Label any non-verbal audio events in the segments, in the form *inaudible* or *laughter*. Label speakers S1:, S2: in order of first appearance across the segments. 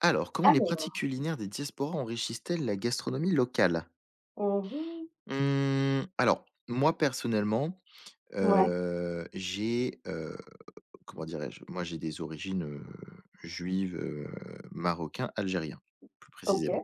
S1: Alors, comment les pratiques
S2: Alors,
S1: culinaires des diasporas enrichissent-elles la gastronomie locale?
S2: mmh mh.
S1: Mmh, alors, moi personnellement,
S2: Ouais,
S1: j'ai, comment dirais-je? Moi, j'ai des origines, juives, marocain, algérien, plus
S2: OK,
S1: précisément.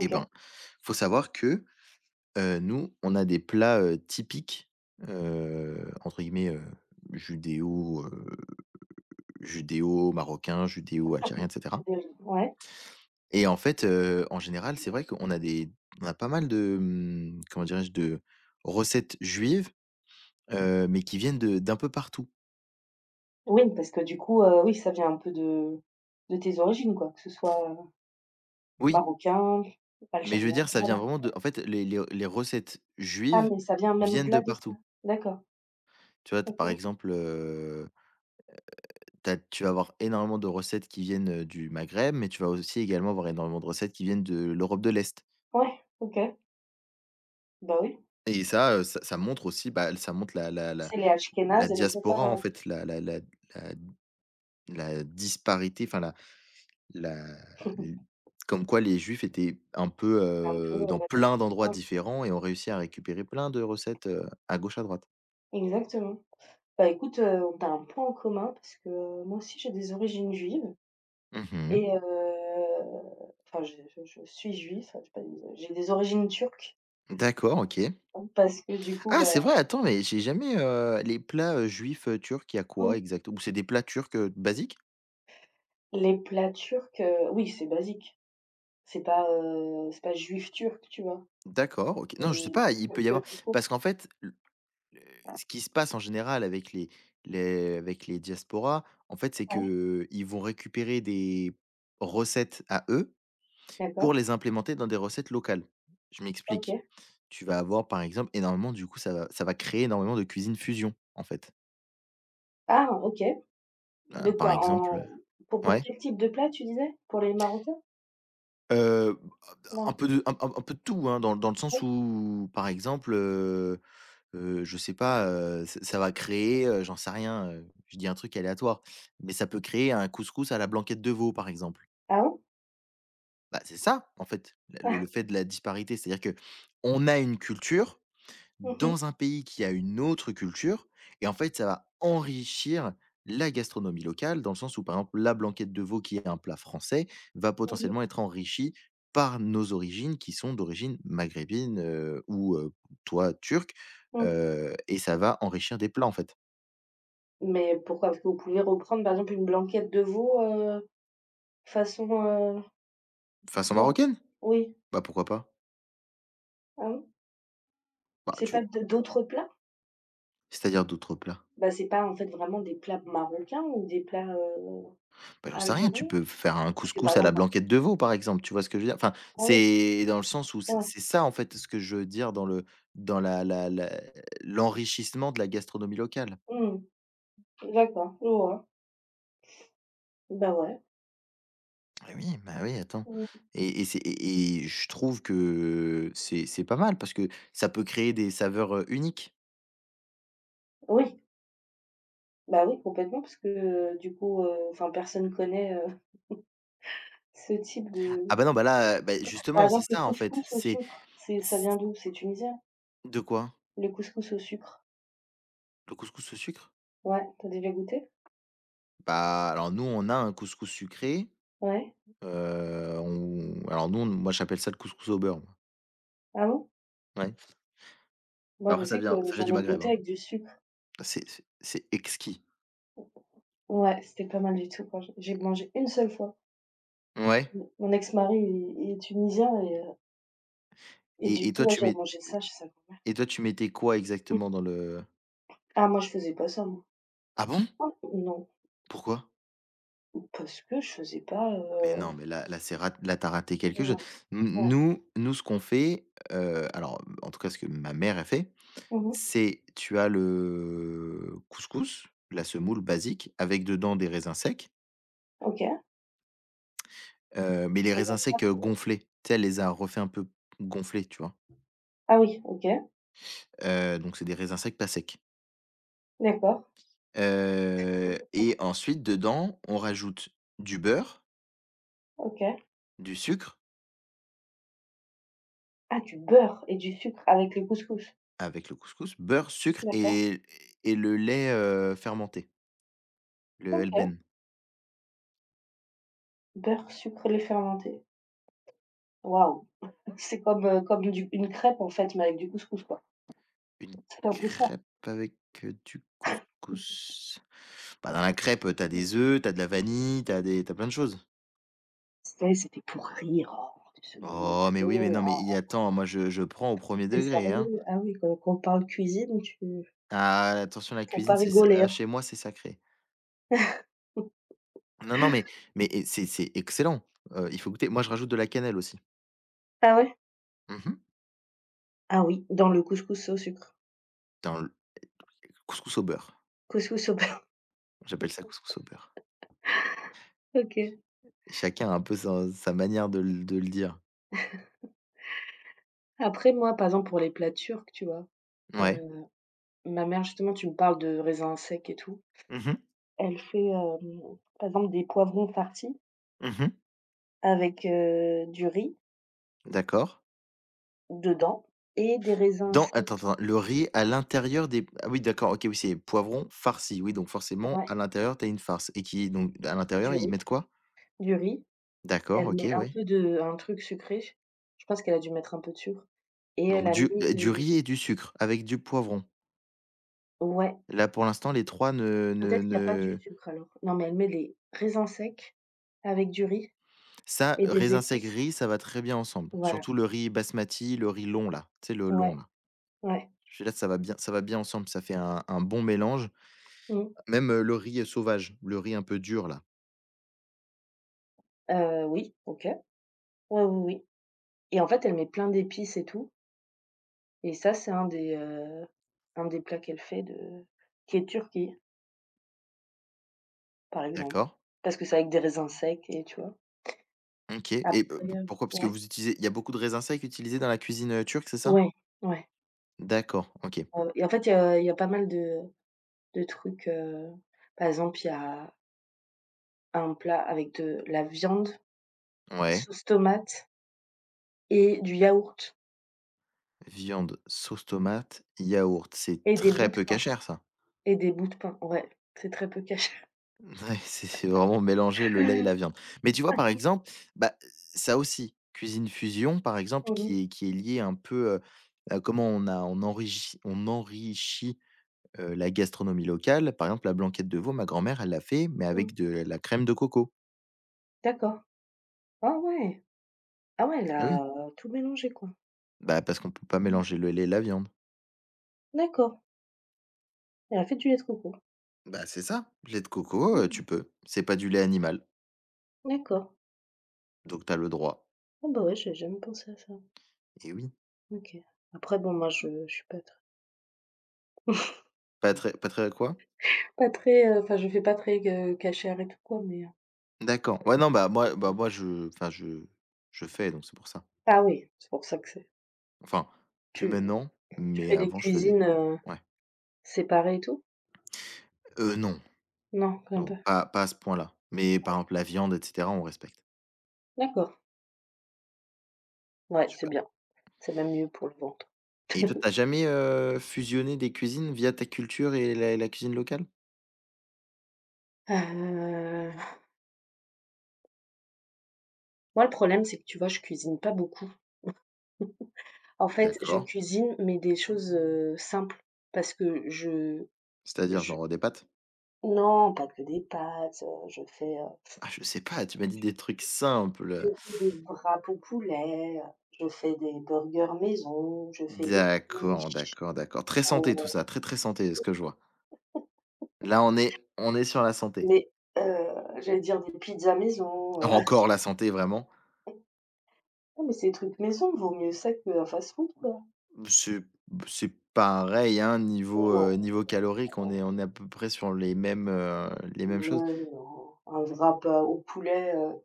S1: Eh ben,
S2: *laughs*
S1: faut savoir que, nous, on a des plats, typiques, entre guillemets, judéo, judéo-marocains,
S2: Ah
S1: judéo-algériens,
S2: bon, j'ai
S1: etc.
S2: déjà ouais.
S1: Et en fait, en général, c'est vrai qu'on a des on a pas mal de, comment dirais-je? De recettes juives, Mmh mais qui viennent de d'un peu partout.
S2: Oui, parce que du coup, oui, ça vient un peu de tes origines, quoi, que ce soit,
S1: Oui,
S2: marocain,
S1: mais je veux
S2: algérien,
S1: dire, ça vient
S2: voilà.
S1: vraiment de en fait, les recettes
S2: Ah,
S1: juives
S2: mais ça vient même
S1: viennent de
S2: au-delà de ça?
S1: partout.
S2: D'accord,
S1: Tu vois? Tu par
S2: OK.
S1: exemple, tu vas avoir énormément de recettes qui viennent, du Maghreb, mais tu vas aussi également avoir énormément de recettes qui viennent de l'Europe de l'Est.
S2: Ouais, OK. Bah, oui,
S1: Et ça, ça montre aussi, bah, ça montre la
S2: c'est les
S1: la
S2: ashkénazes et les
S1: diaspora, en
S2: séfarades.
S1: fait, la la la disparité, enfin la La
S2: *laughs*
S1: l comme quoi les juifs étaient un peu,
S2: Un peu,
S1: dans
S2: d'accord.
S1: plein d'endroits
S2: Ouais,
S1: différents et ont réussi à récupérer plein de recettes, à gauche, à droite.
S2: exactement. Bah, écoute, on a un point en commun parce que moi aussi j'ai des origines juives.
S1: Mmh.
S2: Et enfin je suis juif, j'ai pas des j'ai des origines turques
S1: D'accord, OK.
S2: hein, parce que du coup,
S1: Ah,
S2: bah,
S1: c'est vrai, attends, mais j'ai jamais, les plats, juifs, turcs, il y a quoi
S2: mmh.
S1: exact? Ou c'est des plats turcs, basiques?
S2: Les plats turcs, oui, c'est basique. C'est pas juif turc, tu vois?
S1: D'accord, OK. Non,
S2: C'est
S1: je sais pas, il peut y
S2: turc,
S1: avoir
S2: tout court.
S1: parce qu'en fait, l ce qui se passe en général avec les avec les diasporas, en fait, c'est
S2: Ouais,
S1: que ils vont récupérer des recettes à eux pour
S2: d'accord,
S1: les implémenter dans des recettes locales. Je m'explique.
S2: OK.
S1: Tu vas avoir, par exemple, énormément du coup, ça va créer énormément de cuisine fusion, en fait.
S2: Ah OK. De
S1: Par
S2: quoi? En
S1: exemple,
S2: pour
S1: ouais,
S2: quel type de plat tu disais? Pour les Marocains?
S1: heu, un
S2: Non?
S1: peu de un peu de tout, hein, dans le sens
S2: Ouais.
S1: où, par exemple, je sais pas, ç ça va créer, j'en sais rien, je dis un truc aléatoire, mais ça peut créer un couscous à la blanquette de veau, par exemple.
S2: Ah bon?
S1: Bah, c'est ça, en fait, le
S2: *laughs*
S1: fait de la disparité. C'est-à-dire que on a une culture
S2: Mmh mh,
S1: dans un pays qui a une autre culture et en fait, ça va enrichir la gastronomie locale dans le sens où, par exemple, la blanquette de veau qui est un plat français va
S2: mmh
S1: potentiellement être enrichie par nos origines qui sont d'origine maghrébine, ou, toi turque,
S2: *laughs* mmh.
S1: et ça va enrichir des plats en fait.
S2: Mais pourquoi? Parce que vous pouvez reprendre par exemple une blanquette de veau, façon,
S1: Façon
S2: non?
S1: marocaine?
S2: Oui?
S1: Bah, pourquoi pas?
S2: Ah bon?
S1: Bah,
S2: C'est pas
S1: tu
S2: de d'autres plats?
S1: c'est-à-dire d'autres plats?
S2: Bah, c'est pas, en fait, vraiment des plats marocains ou des plats,
S1: Bah, j'en sais rien, tu
S2: algériens?
S1: peux faire un
S2: Parce que, par
S1: couscous à la
S2: exemple, en
S1: blanquette de veau, par exemple, tu vois ce que je veux dire? Enfin,
S2: ah oui,
S1: c'est dans le sens où c'est
S2: ouais,
S1: c'est ça, en fait, ce que je veux dire dans le dans la l'enrichissement de la gastronomie locale.
S2: mmh, d'accord, je vois. Bah, ouais,
S1: Eh oui, bah, oui, attends,
S2: mmh.
S1: et c'est et je trouve que c'est pas mal parce que ça peut créer des saveurs, uniques.
S2: Oui, bah, oui, complètement parce que, du coup, enfin, personne connaît, *laughs* ce type
S1: Ah
S2: de
S1: bah, non, bah, là, bah,
S2: par
S1: justement, c'est
S2: exemple, le
S1: ça, en fait,
S2: couscous au
S1: c'est
S2: sucre, c'est ça
S1: c
S2: vient d'où? C'est tunisien?
S1: de quoi?
S2: Le couscous au sucre?
S1: Le couscous au sucre?
S2: Ouais, t'as déjà goûté?
S1: Bah, alors nous, on a un couscous sucré,
S2: Ouais.
S1: on alors nous, moi, j'appelle ça le couscous au beurre.
S2: Ah bon?
S1: Ouais. Bah,
S2: Moi, je
S1: après
S2: sais que
S1: ça vient du
S2: j'en ai
S1: Maghreb,
S2: goûté
S1: hein.
S2: avec du sucre.
S1: C'est exquis.
S2: Ouais, c'était pas mal du tout quand j'ai mangé une seule fois.
S1: Ouais.
S2: Mon ex-mari est tunisien et
S1: et
S2: du
S1: et
S2: coup,
S1: toi
S2: ouais,
S1: tu
S2: j'avais
S1: mets
S2: mangé ça chez sa grand-mère.
S1: et toi tu mettais quoi exactement dans le?
S2: Ah moi, je faisais pas ça, moi.
S1: Ah bon?
S2: Oh non,
S1: Pourquoi?
S2: parce que je faisais pas,
S1: Mais non, mais là c'est rat là t'as raté quelque chose.
S2: non,
S1: N
S2: ouais.
S1: nous nous ce qu'on fait, alors, en tout cas ce que ma mère a fait,
S2: Mmh mh.
S1: c'est tu as le couscous, la semoule basique avec dedans des raisins secs.
S2: OK.
S1: Mmh. Mais les
S2: Mais
S1: raisins
S2: la
S1: secs, gonflés. Tu sais, elle les a refait un peu gonflés, tu vois?
S2: Ah oui, OK,
S1: Donc c'est des raisins secs pas secs.
S2: d'accord,
S1: Et ensuite dedans, on rajoute du beurre,
S2: OK.
S1: du sucre
S2: Ah, du beurre et du sucre avec le couscous.
S1: avec le couscous, beurre, sucre
S2: D'accord,
S1: et le lait, fermenté, le
S2: OK.
S1: Helben.
S2: Beurre, sucre, lait fermenté. Waouh! C'est comme du une crêpe, en fait, mais avec du couscous, quoi.
S1: Une
S2: C'est un peu ça.
S1: crêpe avec, du couscous. Bah, dans la crêpe, t'as des œufs, t'as de la vanille, t'as plein de choses.
S2: C'était pour rire, oh, 2 secondes de
S1: Oh
S2: plus,
S1: mais oui, mais non,
S2: oh.
S1: mais et attends, moi je prends au premier
S2: Tu
S1: degré, hein.
S2: sérieux? Ah oui, quand on parle cuisine, tu
S1: Ah attention la
S2: faut
S1: cuisine,
S2: pas
S1: c'est sa
S2: rigoler,
S1: ah
S2: hein.
S1: chez moi, c'est sacré. Non, non, mais et c'est excellent. Il faut goûter. Moi, je rajoute de la cannelle aussi.
S2: Ah ouais?
S1: Mmh.
S2: Ah oui, dans le couscous au sucre.
S1: Dans couscous au beurre.
S2: Couscous au beurre.
S1: J'appelle ça couscous au beurre.
S2: *laughs* OK.
S1: Chacun a un peu sa sa manière de le dire.
S2: Après moi, par exemple, pour les plats turcs, tu vois?
S1: Ouais.
S2: Heu, ma mère justement, tu me parles de raisins secs et tout,
S1: Mmh mh.
S2: elle fait, par exemple des poivrons farcis
S1: Mmh.
S2: avec, du riz
S1: D'accord.
S2: dedans et des raisins
S1: Dans attends,
S2: secs
S1: attends, le riz à l'intérieur des ah oui d'accord, OK, oui, c'est poivron farci. Oui, donc forcément à
S2: ouais,
S1: l'intérieur, t'as une farce et qui donc à l'intérieur,
S2: du
S1: ils
S2: riz
S1: mettent quoi?
S2: du riz.
S1: D'accord,
S2: Elle
S1: OK,
S2: met un
S1: ouais.
S2: peu de un truc sucré, je pense qu'elle a dû mettre un peu de sucre et elle
S1: Donc
S2: a mis
S1: du
S2: de
S1: riz et du sucre avec du poivron.
S2: ouais.
S1: Là, pour l'instant, les trois ne ne
S2: Peut-être qu'il y a pas du
S1: ne
S2: sucre alors. Non, mais elle met les raisins secs avec du riz
S1: Ça,
S2: et des
S1: raisin sec,
S2: épices.
S1: riz, ça va très bien ensemble.
S2: Voilà,
S1: Surtout le riz basmati, le riz long là, tu sais, le long
S2: ouais,
S1: là.
S2: ouais.
S1: Je suis là, ça va bien ensemble, ça fait un bon mélange.
S2: Mmh.
S1: Même, le riz, sauvage, le riz un peu dur là.
S2: Oui, OK. Ouais, oui, oui et en fait, elle met plein d'épices et tout et ça, c'est un des plats qu'elle fait de qui est Turquie, par exemple.
S1: D'accord.
S2: Parce que c'est avec des raisins secs et tu vois?
S1: OK et p
S2: Après,
S1: p pourquoi? Parce que
S2: ouais,
S1: vous utilisez il y a beaucoup de raisins secs utilisés dans la cuisine, turque, c'est ça?
S2: ouais, ouais,
S1: D'accord, OK.
S2: ouais et en fait, il y a pas mal de trucs, par exemple, il y a un plat avec de la viande,
S1: Ouais.
S2: sauce tomate et du yaourt
S1: Viande, sauce tomate, yaourt, c'est
S2: et des bouts
S1: très
S2: de
S1: peu
S2: pain
S1: cachère ça. *laughs*
S2: et des bouts de pain, ouais, c'est très peu caché.
S1: Ouais, c'est vraiment mélanger le lait et la viande. Mais tu vois, par exemple, bah, ça aussi, cuisine fusion, par
S2: *laughs*
S1: exemple,
S2: Mmh
S1: qui est liée un peu, à comment on a on enrichi on enrichit la gastronomie locale, par exemple, la blanquette de veau, ma grand-mère, elle l'a fait, mais
S2: mh,
S1: avec
S2: mmh.
S1: de la crème de coco.
S2: D'accord. Ah ouais! Ah ouais, elle
S1: Ah oui?
S2: a tout mélangé, quoi.
S1: Bah, parce qu'on peut pas
S2: Mmh
S1: mélanger le
S2: mh.
S1: lait et la viande.
S2: D'accord, elle a fait du lait de coco.
S1: Bah, c'est ça, lait de coco,
S2: Mmh,
S1: tu
S2: mh.
S1: peux. C'est pas du lait animal,
S2: D'accord.
S1: donc t'as le droit.
S2: Ah bah, ouais, j'avais jamais pensé à ça.
S1: Et oui.
S2: OK. Après bon, moi je suis pas très
S1: Pas très
S2: *laughs*
S1: pas très quoi?
S2: pas très, enfin je fais pas très, cachère et tout quoi, mais,
S1: D'accord. Ouais, non, bah, moi, je enfin, je fais, donc c'est pour ça.
S2: ah oui, c'est pour ça que c'est
S1: Enfin, plus
S2: tu
S1: maintenant,
S2: tu
S1: mais
S2: fais les
S1: avant, je faisais.
S2: cuisines,
S1: Ouais.
S2: séparées et tout?
S1: Non,
S2: Non, quand même
S1: non,
S2: pas.
S1: pas à ce point-là, mais par exemple, la viande et cetera, on respecte.
S2: D'accord. Ouais, c'est
S1: Super.
S2: bien, c'est même mieux pour le ventre.
S1: Et toi, tu as jamais, fusionné des cuisines via ta culture et la cuisine locale?
S2: Heu, moi le problème, c'est que tu vois, je cuisine pas beaucoup. En fait, je
S1: D'accord.
S2: cuisine, mais des choses, simples parce que je
S1: C'est-à-dire
S2: je
S1: genre des pâtes?
S2: non, pas que des pâtes, je fais, heu,
S1: Ah, je sais pas, tu m'as dit des trucs
S2: je
S1: simples.
S2: fais des wraps au poulet, je fais des burgers maison, je fais des
S1: D'accord,
S2: quiches,
S1: d'accord, d'accord. Très santé tout
S2: heu,
S1: ça, très, très santé ce que je vois. Là, on est sur la santé.
S2: mais heu, j'allais dire des pizzas maison,
S1: Encore la santé vraiment.
S2: *laughs* non, mais ces trucs maison, vaut mieux ça qu'un fast-food, quoi.
S1: C'est c'est pareil, hein, niveau,
S2: Non,
S1: niveau calorique, on est à peu près sur les mêmes choses.
S2: ouais, non, un wrap, au poulet,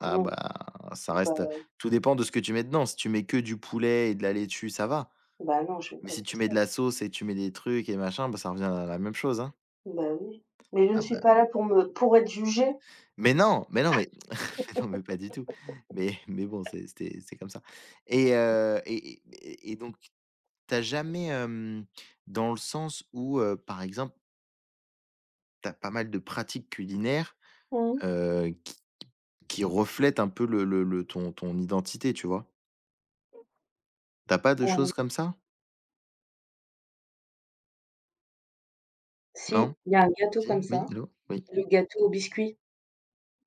S1: Ah
S2: non,
S1: bah, ça
S2: c'est pas.
S1: reste tout dépend de ce que tu mets dedans. Si tu mets que du poulet et de la laitue, ça va.
S2: Bah, non, je fais
S1: Mais
S2: pas
S1: si
S2: que
S1: tu mets
S2: ça.
S1: de la sauce et tu mets des trucs et machin, bah, ça revient à la même chose, hein?
S2: Bah, oui. Mais je ne
S1: Ah
S2: suis
S1: bah
S2: pas là pour être jugée.
S1: mais non, mais non, mais *laughs* mais non, mais pas du tout. Mais bon, c'était c'est comme ça et et et donc t'as jamais, dans le sens où, par exemple, t'as pas mal de pratiques culinaires,
S2: Mmh.
S1: heu, qui qui reflètent un peu le ton identité, tu vois? T'as pas de
S2: Heu,
S1: choses comme ça? Non?
S2: si, il y a un gâteau comme
S1: Si? Oui?
S2: ça,
S1: Allô? Oui?
S2: le gâteau au biscuit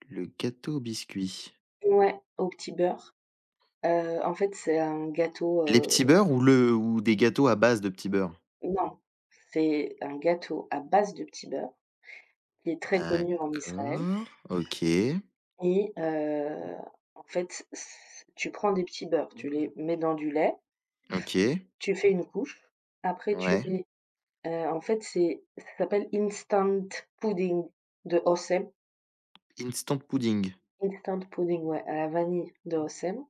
S1: Le gâteau au biscuit.
S2: ouais, au petit beurre. En fait, c'est un gâteau,
S1: Les petits beurres ou le ou des gâteaux à base de petits beurres?
S2: non, c'est un gâteau à base de petit beurre qui est très connu en Israël
S1: D'accord. OK.
S2: et en fait, c tu prends des petits beurres, tu les mets dans du lait,
S1: OK.
S2: tu fais une couche, après tu
S1: Ouais.
S2: mets, en fait, c'est ça s'appelle instant pudding de Osem.
S1: Instant pudding.
S2: Instant pudding, ouais, à la vanille de Rossem.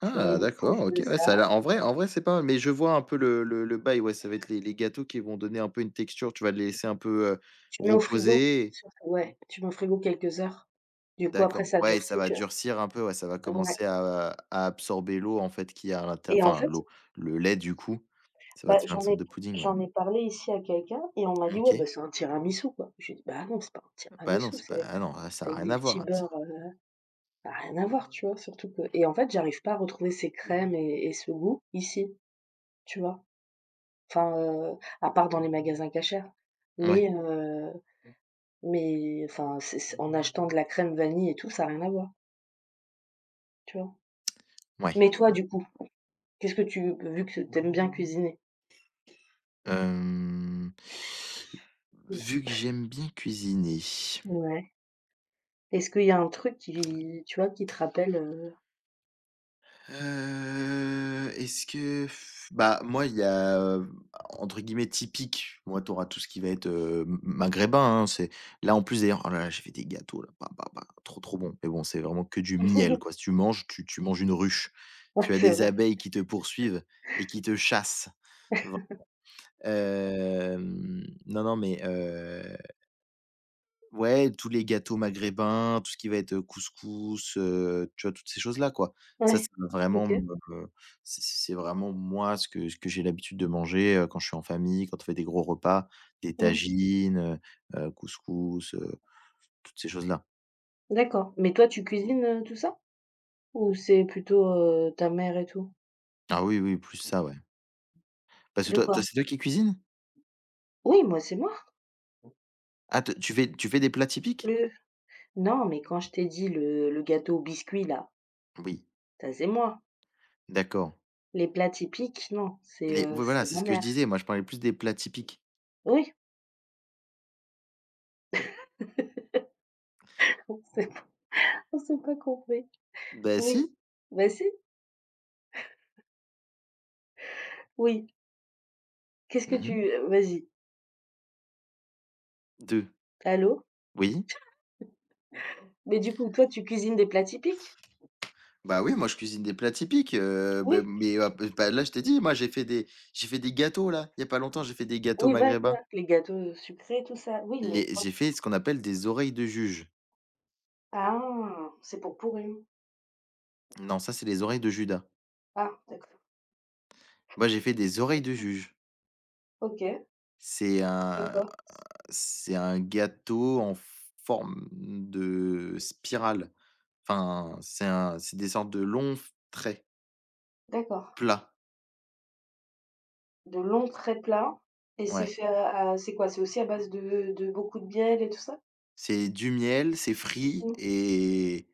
S2: Tu mets
S1: Ah
S2: une
S1: d'accord,
S2: couche de
S1: OK. Ouais,
S2: ça,
S1: ça a l'air en vrai, c'est pas mal, mais je vois un peu le bail, ouais, ça va être les gâteaux qui vont donner un peu une texture, tu vas les laisser un peu,
S2: tu mets au frigo
S1: reposer.
S2: sur ouais, tu mets au frigo quelques heures. Du coup, après
S1: D'accord.
S2: ça
S1: Ouais, ça
S2: durcit,
S1: va
S2: tu vois?
S1: durcir un peu, ouais, ça va
S2: Ouais
S1: commencer à absorber l'eau, en fait, qui a à l'intérieur.
S2: et en
S1: Enfin
S2: fait,
S1: l'eau, le lait, du coup. Ça va
S2: bah,
S1: te faire une sorte de pudding, ouais.
S2: j'en ai parlé ici à quelqu'un et on m'a dit: «Ouais, bah,
S1: OK.
S2: c'est un tiramisu, quoi». J'ai dit: «Bah, non, c'est pas un
S1: Bah non,
S2: tiramisu,
S1: c'est pas
S2: c'est
S1: ah non, ah, ça a
S2: avec
S1: rien
S2: des
S1: à
S2: petits
S1: voir, ça.
S2: beurres,» ça a rien à voir, tu vois? Surtout que et en fait, j'arrive pas à retrouver ces crèmes et ce goût ici, tu vois? Enfin, à part dans les magasins cachers,
S1: Ouais,
S2: mais Mais enfin, c'est en achetant de la crème vanille et tout, ça a rien à voir, tu vois?
S1: ouais.
S2: Mais toi, du coup, qu'est-ce que tu vu que tu aimes bien cuisiner,
S1: Hem.
S2: cool.
S1: Vu que j'aime bien cuisiner,
S2: Ouais. Est-ce qu'il y a un truc qui tu vois, qui te rappelle,
S1: est-ce que bah, moi, il y a, entre guillemets «typique», moi, tu auras tout ce qui va être, m maghrébin, hein, c'est là, en plus, d'ailleurs, oh là là, j'ai fait des gâteaux là, bah, bah, bah, trop, trop bon, mais bon, c'est vraiment que du miel, quoi.
S2: *laughs*
S1: Si tu manges, tu manges une ruche.
S2: ouais,
S1: Tu as
S2: c'est
S1: des
S2: vrai,
S1: abeilles qui te poursuivent et qui te chassent. Vr non, non, mais ouais, tous les gâteaux maghrébins, tout ce qui va être, couscous, tu vois? Toutes ces choses-là, quoi. Ça
S2: ouais,
S1: va vraiment
S2: OK.
S1: me C'est vraiment moi ce que j'ai l'habitude de manger, quand je suis en famille, quand on fait des gros repas, des
S2: Mmh.
S1: tagines, couscous, toutes ces choses-là.
S2: D'accord. Mais toi, tu cuisines, tout ça? Ou c'est plutôt, ta mère et tout?
S1: Ah oui, oui, plus ça, ouais. Parce que
S2: De quoi?
S1: toi, c'est toi qui cuisines?
S2: Oui, moi, c'est moi.
S1: Ah te tu fais des plats typiques?
S2: Le non, mais quand je t'ai dit le gâteau au biscuit, là,
S1: Oui,
S2: ça, c'est moi.
S1: d'accord.
S2: Les plats typiques, non, c'est,
S1: Les
S2: heu,
S1: oui, voilà,
S2: c'est
S1: c'est
S2: ma
S1: ce que je
S2: mère.
S1: disais, moi je parlais plus des plats typiques.
S2: Oui, *laughs* on sait pas courbé.
S1: Bah
S2: Oui.
S1: si.
S2: Bah, si. Oui. Qu'est-ce que
S1: Mmh mh.
S2: tu vas-y.
S1: 2.
S2: Allô?
S1: Oui.
S2: Mais du coup, toi, tu cuisines des plats typiques?
S1: Bah oui, moi je cuisine des plats typiques, beh,
S2: Oui.
S1: mais bah, là je t'ai dit, moi j'ai fait des gâteaux là, il y a pas longtemps, j'ai fait des gâteaux
S2: Oui, voilà,
S1: maghrébins.
S2: les gâteaux sucrés, tout ça. Oui, mais
S1: Les
S2: quand
S1: j'ai fait ce qu'on appelle des oreilles de juge.
S2: ah! C'est pour Pourim.
S1: Non, ça c'est les oreilles de Judas.
S2: Ah, d'accord.
S1: Moi j'ai fait des oreilles de
S2: Intéressant.
S1: juge.
S2: OK.
S1: C'est
S2: C'est
S1: un
S2: quoi?
S1: c'est un gâteau en forme de spirale. Enfin, c'est des sortes de longs f traits
S2: D'accord.
S1: plats,
S2: De longs très plats et c'est
S1: ouais.
S2: fait à c'est quoi? C'est aussi à base de beaucoup de miel et tout ça?
S1: C'est du miel, c'est frit
S2: Mmh.
S1: et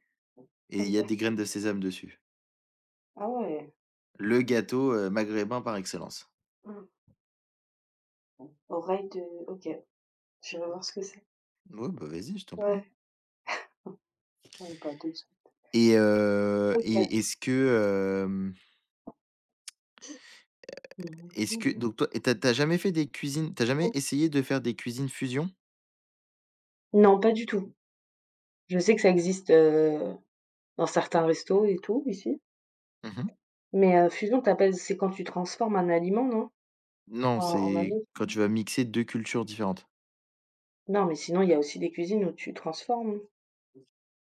S1: il y a
S2: OK.
S1: des graines de sésame dessus.
S2: Ah ouais.
S1: Le gâteau, maghrébin par excellence.
S2: Mmh. Oreille de OK. Je vais voir ce que c'est.
S1: Ouais, bah, vas-y, je t'en prie
S2: Ouais. Ouais, pas de OK.
S1: et est-ce que,
S2: Mmh
S1: est-ce que
S2: mmh.
S1: donc toi, tu jamais fait des cuisines. T'as jamais essayé de faire des cuisines fusion?
S2: Non, pas du tout. Je sais que ça existe, dans certains restos et tout ici,
S1: Mmh.
S2: mais fusion tu appelles c'est quand tu transformes un aliment, non?
S1: Non,
S2: En un
S1: c'est
S2: autre?
S1: quand tu vas mixer 2 cultures différentes.
S2: Non, mais sinon il y a aussi des cuisines où tu transformes.